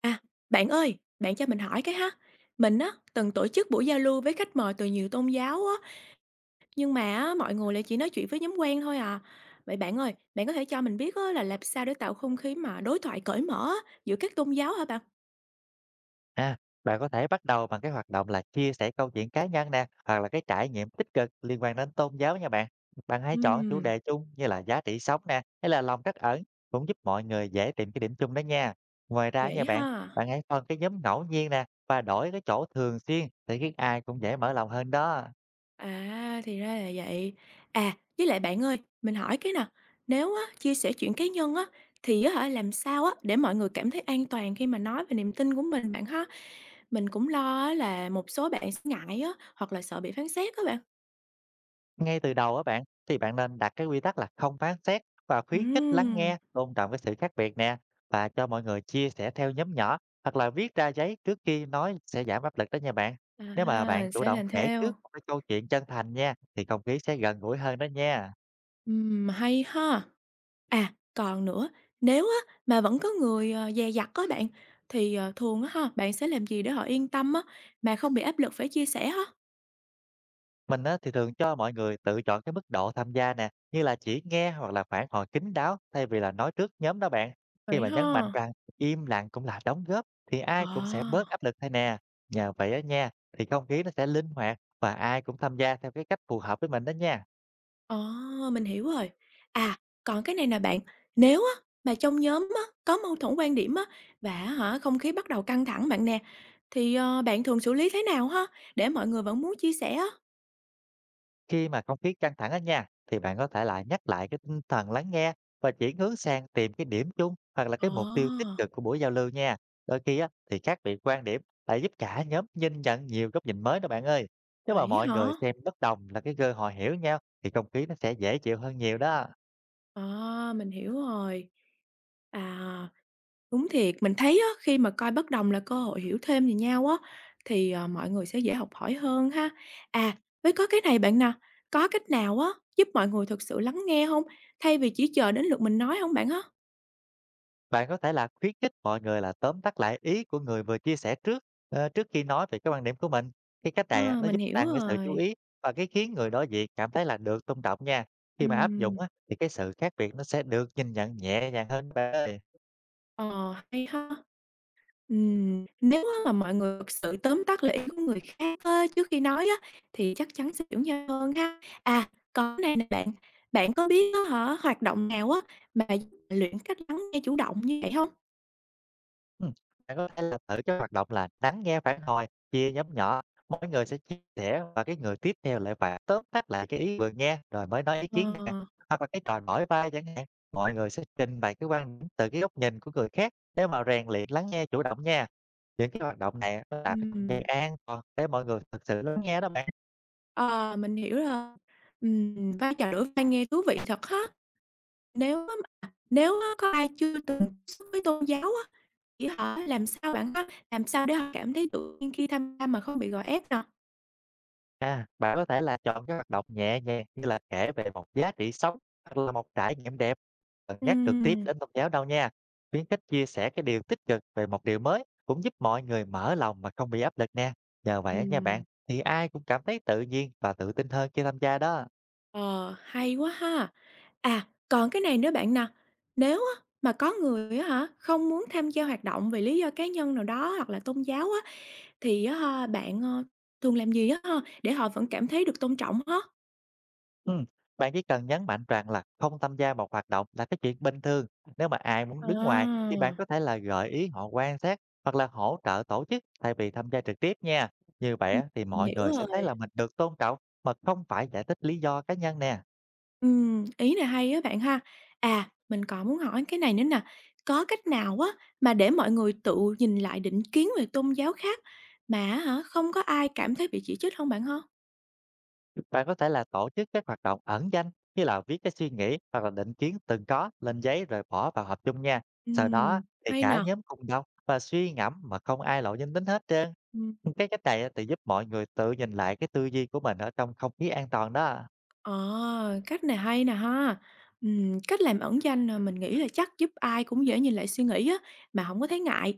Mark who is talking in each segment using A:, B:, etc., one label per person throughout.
A: À, bạn ơi, bạn cho mình hỏi cái ha. Mình á, từng tổ chức buổi giao lưu với khách mời từ nhiều tôn giáo á, nhưng mà á, mọi người lại chỉ nói chuyện với nhóm quen thôi à. Vậy bạn ơi, bạn có thể cho mình biết á, là làm sao để tạo không khí mà đối thoại cởi mở á, giữa các tôn giáo hả bạn?
B: À, bạn có thể bắt đầu bằng cái hoạt động là chia sẻ câu chuyện cá nhân nè, hoặc là cái trải nghiệm tích cực liên quan đến tôn giáo nha bạn. Bạn hãy chọn chủ
A: Ừm,
B: đề chung như là giá trị sống nè, hay là lòng trắc ẩn, cũng giúp mọi người dễ tìm cái điểm chung đó nha. Ngoài ra nha
A: vậy
B: bạn,
A: ha.
B: bạn hãy phân cái nhóm ngẫu nhiên nè và đổi cái chỗ thường xuyên để khiến ai cũng dễ mở lòng hơn đó.
A: À, thì ra là vậy. À, với lại bạn ơi, mình hỏi cái nè, nếu á, chia sẻ chuyện cá nhân á, thì á, hả, làm sao á, để mọi người cảm thấy an toàn khi mà nói về niềm tin của mình bạn ha? Mình cũng lo á là một số bạn sẽ ngại á, hoặc là sợ bị phán xét á bạn.
B: Ngay từ đầu á bạn, thì bạn nên đặt cái quy tắc là không phán xét và khuyến khích lắng
A: Ừm,
B: nghe, tôn trọng cái sự khác biệt nè, và cho mọi người chia sẻ theo nhóm nhỏ hoặc là viết ra giấy trước khi nói sẽ giảm áp lực đó nha bạn. Nếu mà bạn
A: à,
B: chủ
A: sẽ
B: động
A: làm
B: kể
A: theo.
B: trước một cái câu chuyện chân thành nha, thì không khí sẽ gần gũi hơn đó nha.
A: Hay ha! À, còn nữa, nếu á mà vẫn có người, dè dặt á bạn, thì, thường á ha, bạn sẽ làm gì để họ yên tâm á, mà không bị áp lực phải chia sẻ hả?
B: Mình á, thì thường cho mọi người tự chọn cái mức độ tham gia nè, như là chỉ nghe hoặc là phản hồi kín đáo thay vì là nói trước nhóm đó bạn. Khi
A: Vậy
B: mà nhấn mạnh
A: ha.
B: rằng im lặng cũng là đóng góp, thì ai
A: Ờ.
B: cũng sẽ bớt áp lực thôi nè. Nhờ vậy á nha, thì không khí nó sẽ linh hoạt và ai cũng tham gia theo cái cách phù hợp với mình đó nha.
A: Ờ, mình hiểu rồi. À, còn cái này nè bạn, nếu á, mà trong nhóm á, có mâu thuẫn quan điểm á, và hả, không khí bắt đầu căng thẳng bạn nè, thì, bạn thường xử lý thế nào ha, để mọi người vẫn muốn chia sẻ á?
B: Khi mà không khí căng thẳng ở nhà, thì bạn có thể lại nhắc lại cái tinh thần lắng nghe và chuyển hướng sang tìm cái điểm chung hoặc là cái mục tiêu tích
A: Ờ,
B: cực của buổi giao lưu nha. Đôi khi á, thì khác biệt quan điểm lại giúp cả nhóm nhìn nhận nhiều góc nhìn mới đó bạn ơi. Nếu mà
A: vậy
B: mọi
A: hả?
B: người xem bất đồng là cái cơ hội hiểu nhau, thì không khí nó sẽ dễ chịu hơn nhiều đó.
A: À, mình hiểu rồi. À. Đúng thiệt, mình thấy á, khi mà coi bất đồng là cơ hội hiểu thêm về nhau á, thì, mọi người sẽ dễ học hỏi hơn ha. À, với có cái này bạn nè, có cách nào á, giúp mọi người thực sự lắng nghe không thay vì chỉ chờ đến lượt mình nói không bạn ha?
B: Bạn có thể là khuyến khích mọi người là tóm tắt lại ý của người vừa chia sẻ trước, trước khi nói về cái quan điểm của mình. Cái cách này á,
A: Ờ,
B: nó
A: mình
B: giúp
A: hiểu
B: tăng cái sự chú
A: rồi.
B: ý và cái khiến người đối diện cảm thấy là được tôn trọng nha. Khi mà áp dụng
A: Ừm,
B: á, thì cái sự khác biệt nó sẽ được nhìn nhận nhẹ nhàng hơn, bạn ơi.
A: ờ, hay ha. Nếu á mà mọi người thực sự tóm tắt lại ý của người khác á, trước khi nói á, thì chắc chắn sẽ hiểu nhau hơn ha. À, còn cái này nè bạn, bạn có biết á hả, hoạt động nào á mà giúp bạn luyện cách lắng nghe chủ động như vậy hông?
B: Ừm, Bạn có thể là thử cái hoạt động là lắng nghe phản hồi, chia nhóm nhỏ, mỗi người sẽ chia sẻ và cái người tiếp theo lại phải tóm tắt lại cái ý vừa nghe rồi mới nói ý
A: Ờ,
B: kiến nè. Hoặc là cái trò đổi vai chẳng hạn, mọi người sẽ trình bày cái quan điểm từ cái góc nhìn của người khác để mà rèn luyện lắng nghe chủ động nha. Những cái hoạt động này á, nó tạo cái không gian
A: ừm,
B: an toàn để mọi người thực sự lắng nghe đó bạn.
A: ờ, mình hiểu rồi. Vai trò đối tai nghe thú vị thật ha. Nếu á có ai chưa từng tiếp xúc với tôn giáo á, thì á làm sao bạn ha, làm sao để họ cảm thấy tự nhiên khi tham gia mà không bị gò ép nè?
B: À, bạn có thể là chọn các hoạt động nhẹ nhàng như là kể về một giá trị sống hoặc là một trải nghiệm đẹp, đừng nhắc trực tiếp
A: Ừm,
B: đến tôn giáo đâu nha. Khuyến khích chia sẻ cái điều tích cực về một điều mới cũng giúp mọi người mở lòng mà không bị áp lực nè. Nhờ vậy á nha bạn,
A: ừm.
B: thì ai cũng cảm thấy tự nhiên và tự tin hơn khi tham gia đó.
A: Ờ, hay quá ha! À, còn cái này nữa bạn nè, nếu á mà có người á hả, không muốn tham gia hoạt động vì lý do cá nhân nào đó hoặc là tôn giáo á, thì á ha, bạn, thường làm gì á ha, để họ vẫn cảm thấy được tôn trọng hả?
B: Ừm, Bạn chỉ cần nhấn mạnh rằng là không tham gia một hoạt động là cái chuyện bình thường. Nếu mà ai muốn đứng ngoài,
A: À,
B: thì bạn có thể là gợi ý họ quan sát hoặc là hỗ trợ tổ chức thay vì tham gia trực tiếp nha. Như vậy
A: ừm,
B: á, thì
A: mình
B: mọi
A: hiểu
B: người sẽ thấy
A: rồi.
B: là mình được tôn trọng mà không phải giải thích lý do cá nhân nè.
A: Ý này hay á bạn ha. À, mình còn muốn hỏi cái này nữa nè, có cách nào á mà để mọi người tự nhìn lại định kiến về tôn giáo khác mà á hả, không có ai cảm thấy bị chỉ trích không bạn ha?
B: Bạn có thể là tổ chức các hoạt động ẩn danh, như là viết cái suy nghĩ hoặc là định kiến từng có lên giấy rồi bỏ vào hộp chung nha. Sau đó, thì
A: Hay
B: cả
A: nè.
B: nhóm cùng đọc và suy ngẫm mà không ai lộ danh tính hết trơn.
A: Ừm,
B: Cái cách này á, thì giúp mọi người tự nhìn lại cái tư duy của mình ở trong không khí an toàn đó.
A: ờ, cách này hay nè ha. Cách làm ẩn danh, mình nghĩ là chắc giúp ai cũng dễ nhìn lại suy nghĩ á, mà không có thấy ngại.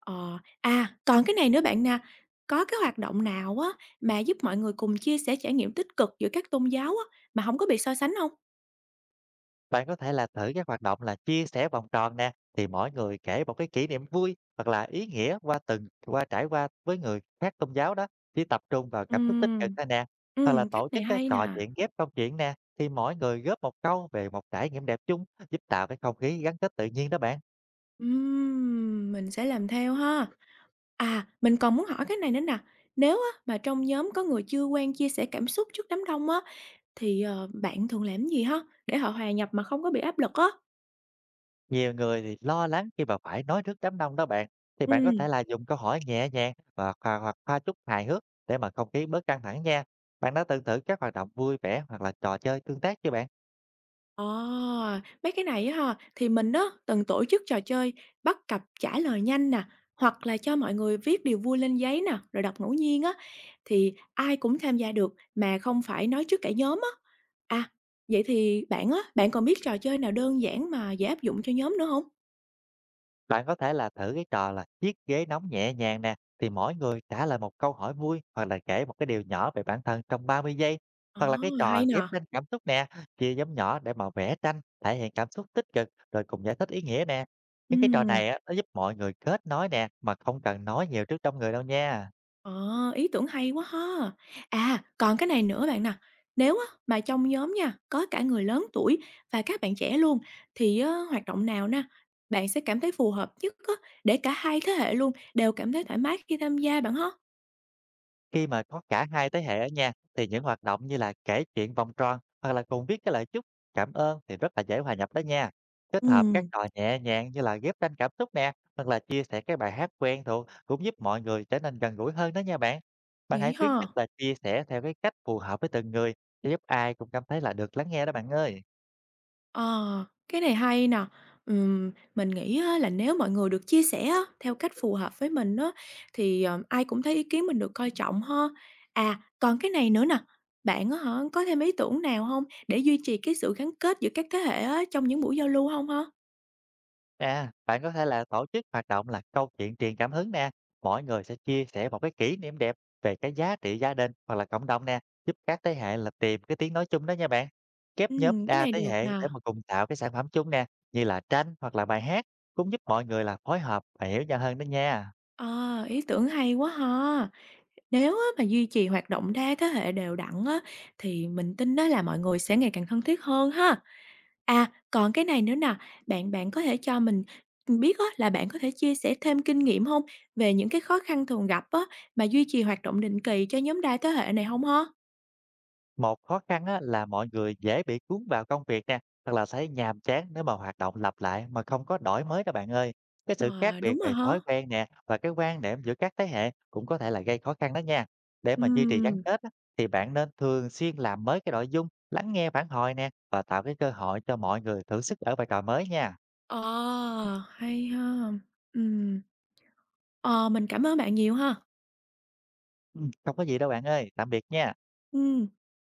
A: Ờ, à, còn cái này nữa bạn nè, có cái hoạt động nào á, mà giúp mọi người cùng chia sẻ trải nghiệm tích cực giữa các tôn giáo á, mà không có bị so sánh không?
B: Bạn có thể là thử các hoạt động là chia sẻ vòng tròn nè, thì mỗi người kể một cái kỷ niệm vui hoặc là ý nghĩa qua từng qua trải qua với người khác tôn giáo đó, chỉ tập trung vào cảm xúc tích cực
A: Ừm.
B: thôi nè. Hoặc là
A: Cách
B: tổ
A: này
B: chức cái
A: hay nè.
B: trò chuyện ghép câu chuyện nè, thì mỗi người góp một câu về một trải nghiệm đẹp chung, giúp tạo cái không khí gắn kết tự nhiên đó bạn.
A: Mình sẽ làm theo ha. À, mình còn muốn hỏi cái này nữa nè, nếu á mà trong nhóm có người chưa quen chia sẻ cảm xúc trước đám đông á, thì, bạn thường làm gì ha, để họ hòa nhập mà không có bị áp lực á?
B: Nhiều người thì lo lắng khi mà phải nói trước đám đông đó bạn. Thì bạn có thể
A: Ừm.
B: là dùng câu hỏi nhẹ nhàng và hoặc pha chút hài hước để mà không khí bớt căng thẳng nha. Bạn đã từng thử các hoạt động vui vẻ hoặc là trò chơi tương tác chưa bạn?
A: Ờ, mấy cái này á ha, thì mình á từng tổ chức trò chơi bắt cặp trả lời nhanh nè, hoặc là cho mọi người viết điều vui lên giấy nè, rồi đọc ngẫu nhiên á, thì ai cũng tham gia được mà không phải nói trước cả nhóm á. À, vậy thì bạn á, bạn còn biết trò chơi nào đơn giản mà dễ áp dụng cho nhóm nữa không?
B: Bạn có thể là thử cái trò là chiếc ghế nóng nhẹ nhàng nè, thì mỗi người trả lời một câu hỏi vui hoặc là kể một cái điều nhỏ về bản thân trong 30 giây.
A: Ờ,
B: Hoặc là cái trò
A: hay
B: ghép
A: nè.
B: lên cảm xúc nè, chia nhóm nhỏ để mà vẽ tranh, thể hiện cảm xúc tích cực rồi cùng giải thích ý nghĩa nè. Những cái trò
A: Ừm.
B: này á, nó giúp mọi người kết nối nè, mà không cần nói nhiều trước trong người đâu nha.
A: Ờ, ý tưởng hay quá ha! À, còn cái này nữa bạn nè, nếu á mà trong nhóm nha, có cả người lớn tuổi và các bạn trẻ luôn, thì á hoạt động nào na bạn sẽ cảm thấy phù hợp nhất á, để cả hai thế hệ luôn đều cảm thấy thoải mái khi tham gia bạn ha?
B: Khi mà có cả hai thế hệ ở nhà, thì những hoạt động như là kể chuyện vòng tròn hoặc là cùng viết cái lời chúc, cảm ơn thì rất là dễ hòa nhập đó nha. Kết hợp các
A: Ừ,
B: trò nhẹ nhàng như là ghép tranh cảm xúc nè, hoặc là chia sẻ cái bài hát quen thuộc cũng giúp mọi người trở nên gần gũi hơn đó nha bạn. Bạn hãy
A: vậy
B: khuyến
A: ha.
B: khích là chia sẻ theo cái cách phù hợp với từng người, để giúp ai cũng cảm thấy là được lắng nghe đó bạn ơi.
A: Ờ, cái này hay nè. Mình nghĩ á là nếu mọi người được chia sẻ á, theo cách phù hợp với mình á, thì, ai cũng thấy ý kiến mình được coi trọng ha. À, còn cái này nữa nè, bạn á hả, có thêm ý tưởng nào không để duy trì cái sự gắn kết giữa các thế hệ á, trong những buổi giao lưu không ha?
B: À, bạn có thể là tổ chức hoạt động là câu chuyện truyền cảm hứng nè. Mỗi người sẽ chia sẻ một cái kỷ niệm đẹp về cái giá trị gia đình hoặc là cộng đồng nè, giúp các thế hệ là tìm cái tiếng nói chung đó nha bạn. Kép nhóm
A: Cái
B: đa
A: này
B: thế
A: được
B: hệ
A: nè.
B: để mà cùng tạo cái sản phẩm chung nè, như là tranh hoặc là bài hát, cũng giúp mọi người là phối hợp và hiểu nhau hơn đó nha.
A: À, ý tưởng hay quá ha. Nếu á mà duy trì hoạt động đa thế hệ đều đặn á, thì mình tin đó là mọi người sẽ ngày càng thân thiết hơn ha. À, còn cái này nữa nè, bạn bạn có thể cho mình biết á, là bạn có thể chia sẻ thêm kinh nghiệm không về những cái khó khăn thường gặp á, mà duy trì hoạt động định kỳ cho nhóm đa thế hệ này không ha?
B: Một khó khăn á, là mọi người dễ bị cuốn vào công việc nè, hoặc là thấy nhàm chán nếu mà hoạt động lặp lại mà không có đổi mới đó bạn ơi. Cái sự khác
A: Ờ,
B: biệt
A: đúng rồi
B: về
A: hả.
B: thói quen nè và cái quan điểm giữa các thế hệ cũng có thể là gây khó khăn đó nha. Để mà duy trì gắn
A: Ừm,
B: kết á, thì bạn nên thường xuyên làm mới cái nội dung, lắng nghe phản hồi nè, và tạo cái cơ hội cho mọi người thử sức ở vai trò mới nha.
A: ờ, hay ha. Ừm, ờ, mình cảm ơn bạn nhiều ha.
B: Ừ, không có gì đâu bạn ơi, tạm biệt nha.
A: Ừm.